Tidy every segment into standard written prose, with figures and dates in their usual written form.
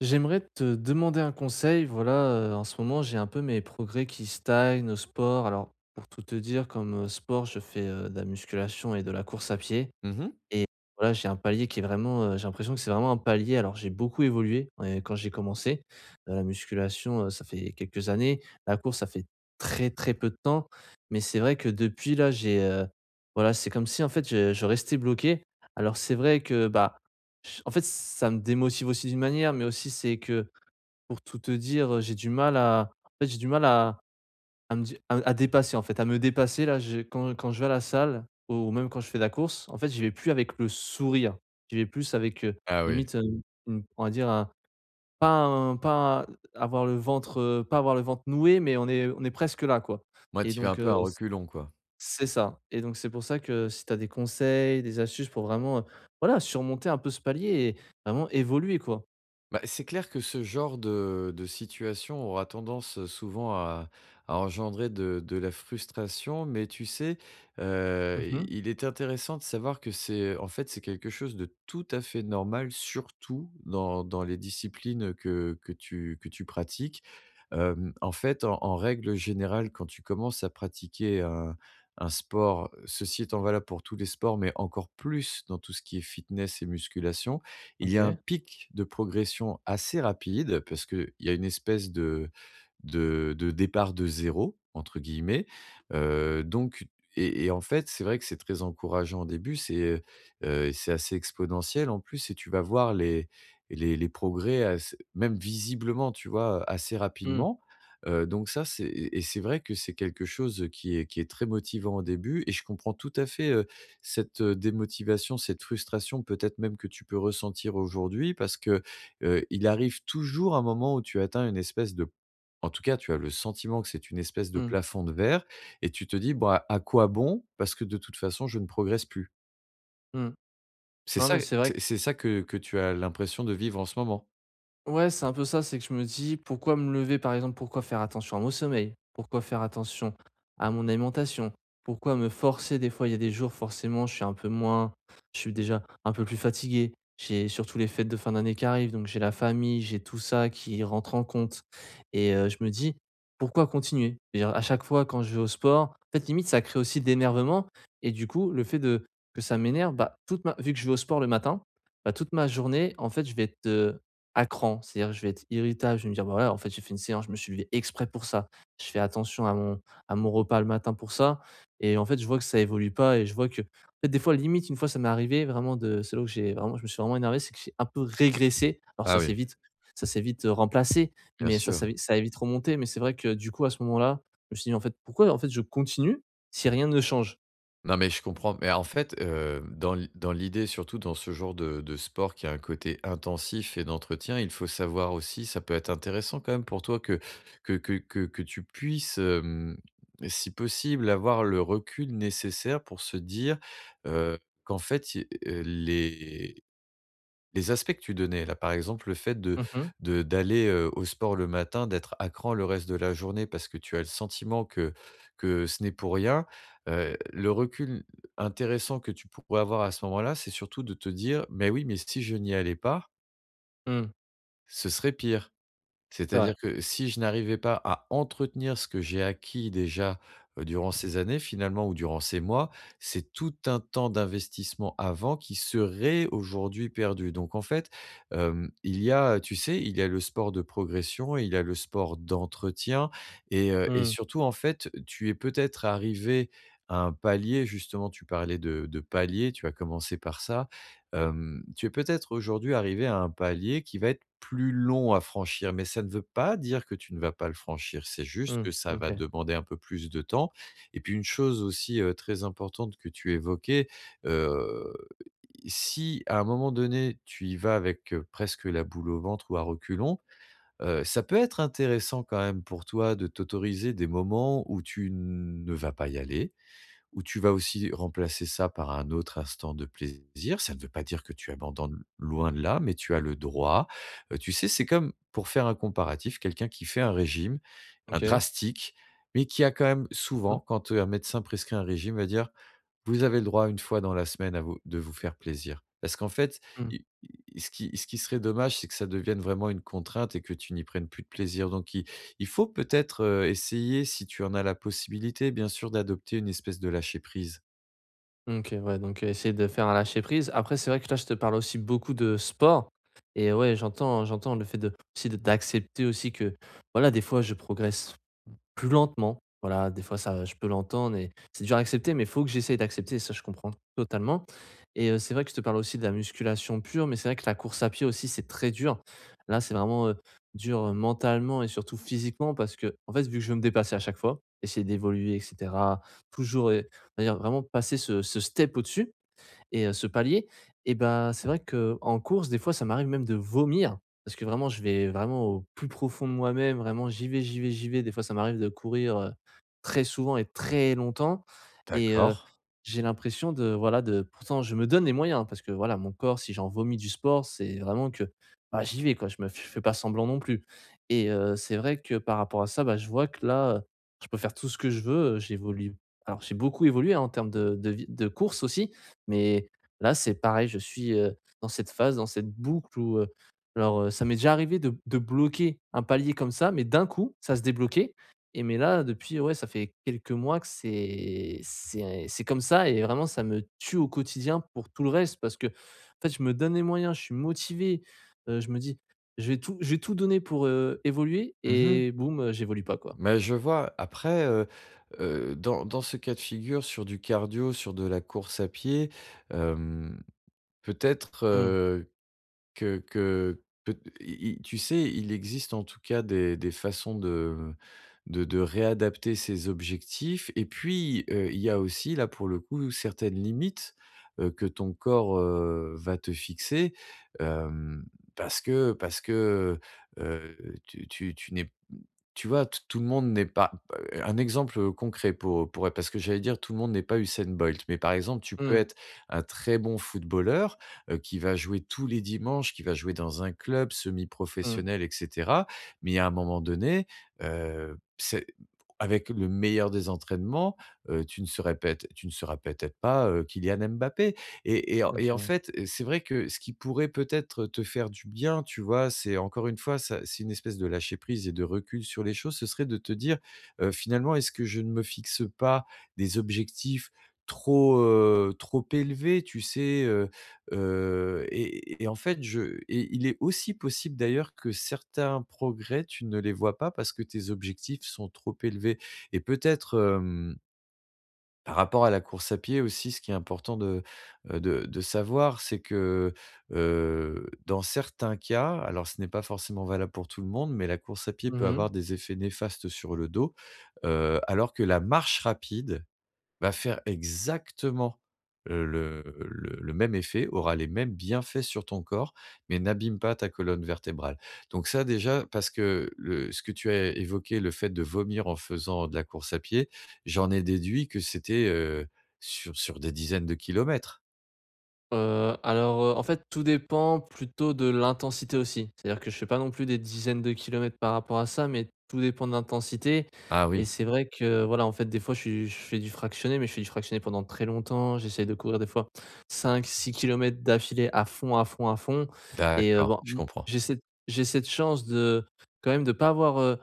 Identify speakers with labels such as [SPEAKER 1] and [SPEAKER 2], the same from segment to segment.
[SPEAKER 1] J'aimerais te demander un conseil. Voilà, en ce moment, j'ai un peu mes progrès qui stagnent au sport. Alors, pour tout te dire, comme, sport, je fais, de la musculation et de la course à pied.
[SPEAKER 2] Mmh mh.
[SPEAKER 1] Et voilà, j'ai un palier qui est vraiment, j'ai l'impression que c'est vraiment un palier, alors j'ai beaucoup évolué, quand j'ai commencé, la musculation, ça fait quelques années, la course ça fait très, très peu de temps, mais c'est vrai que depuis là j'ai, voilà, c'est comme si en fait je restais bloqué. Alors c'est vrai que, bah, j en fait ça me démotive aussi d'une manière, mais aussi c'est que pour tout te dire, j'ai du mal à en fait j'ai du mal à me di à dépasser en fait, à me dépasser là, je quand quand je vais à la salle ou même quand je fais de la course, en fait, j'y vais plus avec le sourire. J'y vais plus avec,
[SPEAKER 2] Ah oui.
[SPEAKER 1] limite, une on va dire un pas avoir le ventre, pas avoir le ventre noué, mais on est presque là quoi.
[SPEAKER 2] Moi,
[SPEAKER 1] Et
[SPEAKER 2] tu y vas un
[SPEAKER 1] donc
[SPEAKER 2] peu à reculons, quoi.
[SPEAKER 1] c'est ça, et donc c'est pour ça que si tu as des conseils, des astuces pour vraiment, voilà, surmonter un peu ce palier et vraiment évoluer quoi.
[SPEAKER 2] Bah, c'est clair que ce genre de situation aura tendance, souvent à engendrer de la frustration, mais tu sais, i
[SPEAKER 1] Mmh.
[SPEAKER 2] il est intéressant de savoir que c'est en fait, c'est quelque chose de tout à fait normal, surtout dans les disciplines que tu pratiques. Hem, en fait, en en règle générale, quand tu commences à pratiquer un sport, ceci étant valable pour tous les sports, mais encore plus dans tout ce qui est fitness et musculation, il y a un
[SPEAKER 1] OK.
[SPEAKER 2] pic de progression assez rapide parce qu'il y a une espèce de «départ de zéro entre guillemets», donc et en fait, c'est vrai que c'est très encourageant au début, c'est assez exponentiel en plus et tu vas voir les et les les progrès assez même visiblement, tu vois, assez
[SPEAKER 1] Mmh,
[SPEAKER 2] rapidement. Donc ça, c'est et c'est vrai que c'est quelque chose, qui est très motivant au début et je comprends tout à fait, cette, démotivation, cette frustration peut-être même que tu peux ressentir aujourd'hui parce que, il arrive toujours un moment où tu atteins une espèce de en tout cas, tu as le sentiment que c'est une espèce de
[SPEAKER 1] mmh,
[SPEAKER 2] plafond de verre et tu te dis: «Bah, à quoi bon? Parce que de toute façon, je ne progresse plus».
[SPEAKER 1] mmh.
[SPEAKER 2] C'est
[SPEAKER 1] Non,
[SPEAKER 2] ça
[SPEAKER 1] mais c'est vrai.
[SPEAKER 2] c'est c'est ça que tu as l'impression de vivre en ce moment?
[SPEAKER 1] Ouais, c'est un peu ça, c'est que je me dis: «Pourquoi me lever?» Par exemple, pourquoi faire attention à mon sommeil? Pourquoi faire attention à mon alimentation? Pourquoi me forcer? Des fois, il y a des jours, forcément, je suis déjà un peu plus fatigué. J'ai surtout les fêtes de fin d'année qui arrivent, donc j'ai la famille, j'ai tout ça qui rentre en compte. Et je me dis: «Pourquoi continuer?» Je veux dire, à chaque fois quand je vais au sport, en fait, limite, ça crée aussi de et du coup, le fait de que ça m'énerve, bah, toute ma vu que je vais au sport le matin, bah, toute ma journée, en fait, je vais être à cran. C'est-à-dire que je vais être irritable, je vais me dire: «Bah, voilà, en fait, j'ai fait une séance, je me suis levé exprès pour ça. Je fais attention à mon repas le matin pour ça.» Et en fait, je vois que ça évolue pas et je vois que en fait, des fois, limite, une fois, ça m'est arrivé vraiment de c'est là où j'ai vraiment je me suis vraiment énervé, c'est que j'ai un peu régressé. Alors ça
[SPEAKER 2] Ah
[SPEAKER 1] s'est
[SPEAKER 2] oui.
[SPEAKER 1] vite ça s'est vite, heu, remplacé,
[SPEAKER 2] Bien
[SPEAKER 1] mais ça
[SPEAKER 2] sûr.
[SPEAKER 1] ça ça a vite remonté, mais c'est vrai que du coup, à ce moment-là, je me suis dit: «En fait, pourquoi, en fait, je continue si rien ne change?»
[SPEAKER 2] Non, mais je comprends. Mais en fait, dans l'idée, surtout dans ce genre de sport qui a un côté intensif et d'entretien, il faut savoir aussi ça peut être intéressant quand même pour toi que tu puisses, si possible, avoir le recul nécessaire pour se dire, qu'en fait, i les aspects que tu donnais là, par exemple, le fait de
[SPEAKER 1] Mmh mh.
[SPEAKER 2] de d'aller, au sport le matin, d'être à cran le reste de la journée parce que tu as le sentiment que ce n'est pour rien, le recul intéressant que tu pourrais avoir à ce moment-là, c'est surtout de te dire: «Mais oui, mais si je n'y allais pas,
[SPEAKER 1] Mmh.
[SPEAKER 2] ce serait pire».
[SPEAKER 1] C'est vrai.
[SPEAKER 2] C'est-à-dire que si je n'arrivais pas à entretenir ce que j'ai acquis déjà, durant ces années finalement ou durant ces mois, c'est tout un temps d'investissement avant qui serait aujourd'hui perdu. Donc en fait, il y a, tu sais, il y a le sport de progression et il y a le sport d'entretien et
[SPEAKER 1] Mmh.
[SPEAKER 2] surtout en fait, tu es peut-être arrivé à un palier justement, tu parlais de palier, tu as commencé par ça. Tu es peut-être aujourd'hui arrivé à un palier qui va être plus long à franchir, mais ça ne veut pas dire que tu ne vas pas le franchir. C'est juste
[SPEAKER 1] Mmh.
[SPEAKER 2] que ça va
[SPEAKER 1] OK.
[SPEAKER 2] demander un peu plus de temps et puis une chose aussi, très importante que tu évoquais, heu, si à un moment donné, tu y vas avec, presque la boule au ventre ou à reculons, ça peut être intéressant quand même pour toi de t'autoriser des moments où tu ne vas pas y aller, où tu vas aussi remplacer ça par un autre instant de plaisir. Ça ne veut pas dire que tu abandonnes, loin de là, mais tu as le droit. Tu sais, c'est comme, pour faire un comparatif, quelqu'un qui fait un régime, un
[SPEAKER 1] OK.
[SPEAKER 2] drastique, mais qui a quand même souvent,
[SPEAKER 1] Mmh.
[SPEAKER 2] quand, un médecin prescrit un régime, va dire: vous avez le droit une fois dans la semaine à vous de vous faire plaisir. Parce qu'en fait,
[SPEAKER 1] Mmh.
[SPEAKER 2] i i ce qui serait dommage, c'est que ça devienne vraiment une contrainte et que tu n'y prennes plus de plaisir. Donc il faut peut-être, essayer, si tu en as la possibilité, bien sûr, d'adopter une espèce de lâcher prise.
[SPEAKER 1] OK, ouais, donc, essayer de faire un lâcher prise. Après, c'est vrai que là, je te parle aussi beaucoup de sport. Et ouais, j'entends le fait de aussi de d'accepter aussi que, voilà, des fois, je progresse plus lentement. Voilà, des fois ça je peux l'entendre et c'est dur à accepter, mais il faut que j'essaye d'accepter et ça je comprends totalement. Et c'est vrai que je te parle aussi de la musculation pure, mais c'est vrai que la course à pied aussi, c'est très dur. Là, c'est vraiment, dur, mentalement et surtout physiquement parce que, en fait, vu que je veux me dépasser à chaque fois, essayer d'évoluer et cetera, toujours et on va dire vraiment passer ce step au-dessus, et ce palier. Et ben c'est vrai que en course, des fois, ça m'arrive même de vomir parce que vraiment, je vais vraiment au plus profond de moi-même, vraiment j'y vais, j'y vais, j'y vais. Des fois, ça m'arrive de courir, très souvent et très longtemps. Et
[SPEAKER 2] D'accord.
[SPEAKER 1] j'ai l'impression de voilà, de pourtant je me donne les moyens parce que voilà, mon corps, si j'en vomis du sport, c'est vraiment que, bah, j'y vais quoi, je me f je fais pas semblant non plus. Et c'est vrai que par rapport à ça, bah, je vois que là, je peux faire tout ce que je veux, j'évolue, alors j'ai beaucoup évolué, hein, en termes de course aussi. Mais là, c'est pareil, je suis, dans cette phase, dans cette boucle où, alors, ça m'est déjà arrivé de bloquer un palier comme ça, mais d'un coup, ça se débloquait. Et mais là, depuis, ouais, ça fait quelques mois que c'est comme ça et vraiment ça me tue au quotidien pour tout le reste parce que en fait, je me donne les moyens, je suis motivé, je me dis: «Je vais tout donner pour, évoluer»
[SPEAKER 2] Mmh.
[SPEAKER 1] et boum, j'évolue pas, quoi.
[SPEAKER 2] Mais je vois. Après, dans dans ce cas de figure, sur du cardio, sur de la course à pied, hem, peut-être,
[SPEAKER 1] Mmh,
[SPEAKER 2] Que peut i i tu sais, il existe en tout cas des façons de réadapter ses objectifs et puis, il y a aussi là pour le coup certaines limites, que ton corps, va te fixer, hem, parce que, heu, tu tu tu n'es tu vois, t tout le monde n'est pas un exemple, concret pour parce que j'allais dire tout le monde n'est pas Usain Bolt, mais par exemple, tu peux
[SPEAKER 1] mmh,
[SPEAKER 2] être un très bon footballeur, qui va jouer tous les dimanches, qui va jouer dans un club
[SPEAKER 1] mmh.
[SPEAKER 2] semi-professionnel et cetera, mais à un moment donné, c'est avec le meilleur des entraînements, tu ne seras peut-être pas, Kylian Mbappé. Et en
[SPEAKER 1] OK.
[SPEAKER 2] fait, c'est vrai que ce qui pourrait peut-être te faire du bien, tu vois? C'est encore une fois, ça c'est une espèce de lâcher prise et de recul sur les choses. Ce serait de te dire, «Finalement, est-ce que je ne me fixe pas des objectifs trop, trop élevés?» tu sais? Et en fait, je et il est aussi possible d'ailleurs que certains progrès, tu ne les vois pas parce que tes objectifs sont trop élevés et peut-être, par rapport à la course à pied aussi, ce qui est important de, de savoir, c'est que, dans certains cas, alors ce n'est pas forcément valable pour tout le monde, mais la course à pied peut
[SPEAKER 1] Mmh.
[SPEAKER 2] avoir des effets néfastes sur le dos, alors que la marche rapide, va faire exactement, heu, le le même effet, aura les mêmes bienfaits sur ton corps, mais n'abîme pas ta colonne vertébrale. Donc ça déjà, parce que le ce que tu as évoqué, le fait de vomir en faisant de la course à pied, j'en ai déduit que c'était, sur des dizaines de kilomètres?
[SPEAKER 1] Alors, en fait, tout dépend plutôt de l'intensité aussi. C'est-à-dire que je fais pas non plus des dizaines de kilomètres par rapport à ça, mais tout dépend de l'intensité
[SPEAKER 2] Ah
[SPEAKER 1] et
[SPEAKER 2] oui,
[SPEAKER 1] c'est vrai que, voilà, en fait, des fois, je fais du fractionné, mais je fais du fractionné pendant très longtemps. J'essaye de courir des fois 5, 6 kilomètres d'affilée à fond, à fond, à fond. Et
[SPEAKER 2] d'accord,
[SPEAKER 1] bon,
[SPEAKER 2] je
[SPEAKER 1] m
[SPEAKER 2] comprends.
[SPEAKER 1] j'ai cette chance de quand même de pas avoir,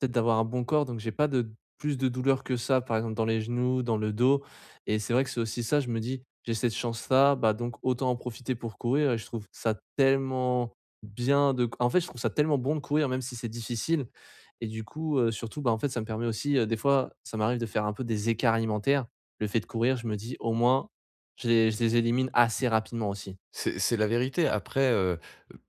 [SPEAKER 1] peut-être d'avoir un bon corps, donc j'ai pas de plus de douleur que ça, par exemple dans les genoux, dans le dos. Et c'est vrai que c'est aussi ça, je me dis: «J'ai cette chance-là, bah, donc autant en profiter pour courir» et je trouve ça tellement bien je trouve ça tellement bon de courir même si c'est difficile. Et du coup, surtout, bah, en fait, ça me permet aussi, des fois, ça m'arrive de faire un peu des écarts alimentaires. Le fait de courir, je me dis: «Au moins, je les élimine assez rapidement aussi.»
[SPEAKER 2] C'est la vérité. Après,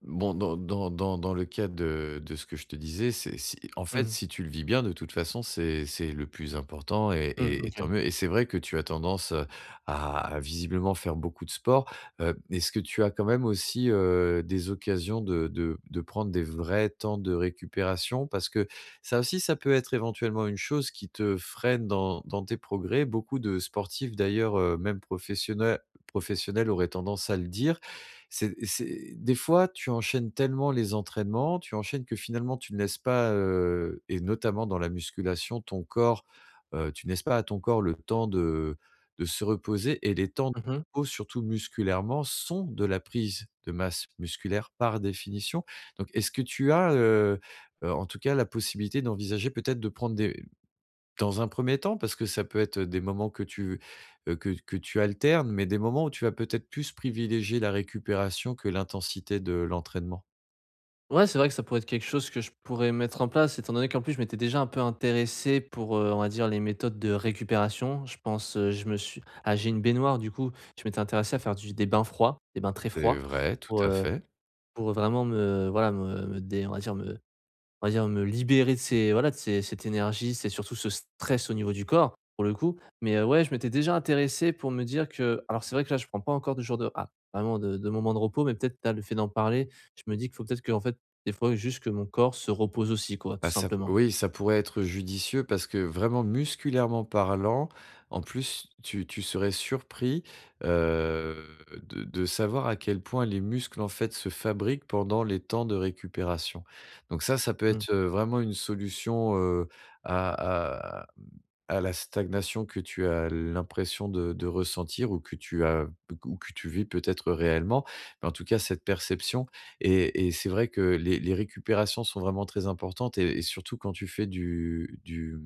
[SPEAKER 2] bon, dans le cadre de ce que je te disais, c'est si en
[SPEAKER 1] Mmh
[SPEAKER 2] fait,
[SPEAKER 1] mh.
[SPEAKER 2] si tu le vis bien, de toute façon, c'est le plus important
[SPEAKER 1] Mmh,
[SPEAKER 2] et tant
[SPEAKER 1] OK.
[SPEAKER 2] mieux et c'est vrai que tu as tendance, à visiblement faire beaucoup de sport. Est-ce que tu as quand même aussi, des occasions de prendre des vrais temps de récupération? Parce que ça aussi, ça peut être éventuellement une chose qui te freine dans tes progrès. Beaucoup de sportifs d'ailleurs, même professionnels auraient tendance à le dire. C'est des fois, tu enchaînes tellement les entraînements, tu enchaînes que finalement tu ne laisses pas, et notamment dans la musculation, ton corps, tu ne laisses pas à ton corps le temps de se reposer et les temps de
[SPEAKER 1] Mmh.
[SPEAKER 2] repos, surtout musculairement, sont de la prise de masse musculaire par définition. Donc est-ce que tu as, en tout cas la possibilité d'envisager peut-être de prendre des dans un premier temps, parce que ça peut être des moments que tu, que tu alternes, mais des moments où tu vas peut-être plus privilégier la récupération que l'intensité de l'entraînement.
[SPEAKER 1] Ouais, c'est vrai que ça pourrait être quelque chose que je pourrais mettre en place, étant donné qu'en plus je m'étais déjà un peu intéressé pour, on va dire les méthodes de récupération. Je pense, je me suis ah j'ai une baignoire du coup, je m'étais intéressé à faire du des bains froids, des bains très
[SPEAKER 2] C'est
[SPEAKER 1] froids
[SPEAKER 2] vrai, tout
[SPEAKER 1] pour,
[SPEAKER 2] à
[SPEAKER 1] heu,
[SPEAKER 2] fait.
[SPEAKER 1] pour vraiment me voilà me me dé on va dire me on va dire me libérer de ces voilà, de ces cette énergie, c'est surtout ce stress au niveau du corps, pour le coup. Mais, ouais, je m'étais déjà intéressé pour me dire que alors c'est vrai que là, je prends pas encore de jour de ah, vraiment de moments de repos, mais peut-être là, le fait d'en parler, je me dis qu'il faut peut-être que en fait, des fois, juste que mon corps se repose aussi quoi, tout
[SPEAKER 2] Bah, ça p
[SPEAKER 1] simplement.
[SPEAKER 2] oui, ça pourrait être judicieux parce que vraiment musculairement parlant, en plus tu tu serais surpris, heu, de savoir à quel point les muscles, en fait, se fabriquent pendant les temps de récupération. Donc ça peut
[SPEAKER 1] Mmh.
[SPEAKER 2] être, vraiment une solution, à à à la stagnation que tu as l'impression de ressentir ou que tu as ou que tu vis peut-être réellement. Mais en tout cas, cette perception et c'est vrai que les récupérations sont vraiment très importantes et surtout quand tu fais du du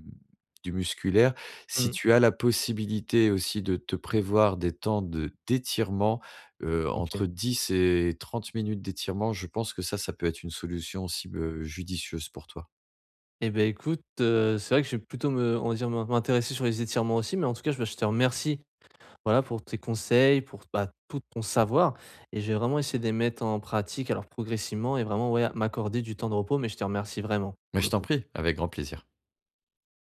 [SPEAKER 2] du musculaire, si
[SPEAKER 1] Mmh.
[SPEAKER 2] tu as la possibilité aussi de te prévoir des temps de d'étirement,
[SPEAKER 1] OK.
[SPEAKER 2] entre 10 et 30 minutes d'étirement, je pense que ça peut être une solution aussi, judicieuse pour toi.
[SPEAKER 1] Et ben écoute, c'est vrai que je vais plutôt me on va dire m'intéresser sur les étirements aussi, mais en tout cas, je bah, je te remercie. Voilà pour tes conseils, pour bah, tout ton savoir et j'ai vraiment essayé de les mettre en pratique, alors progressivement, et vraiment, ouais, m'accorder du temps de repos. Mais je te remercie vraiment
[SPEAKER 2] Mais
[SPEAKER 1] pour
[SPEAKER 2] je
[SPEAKER 1] le
[SPEAKER 2] t'en
[SPEAKER 1] coup.
[SPEAKER 2] prie, avec grand plaisir.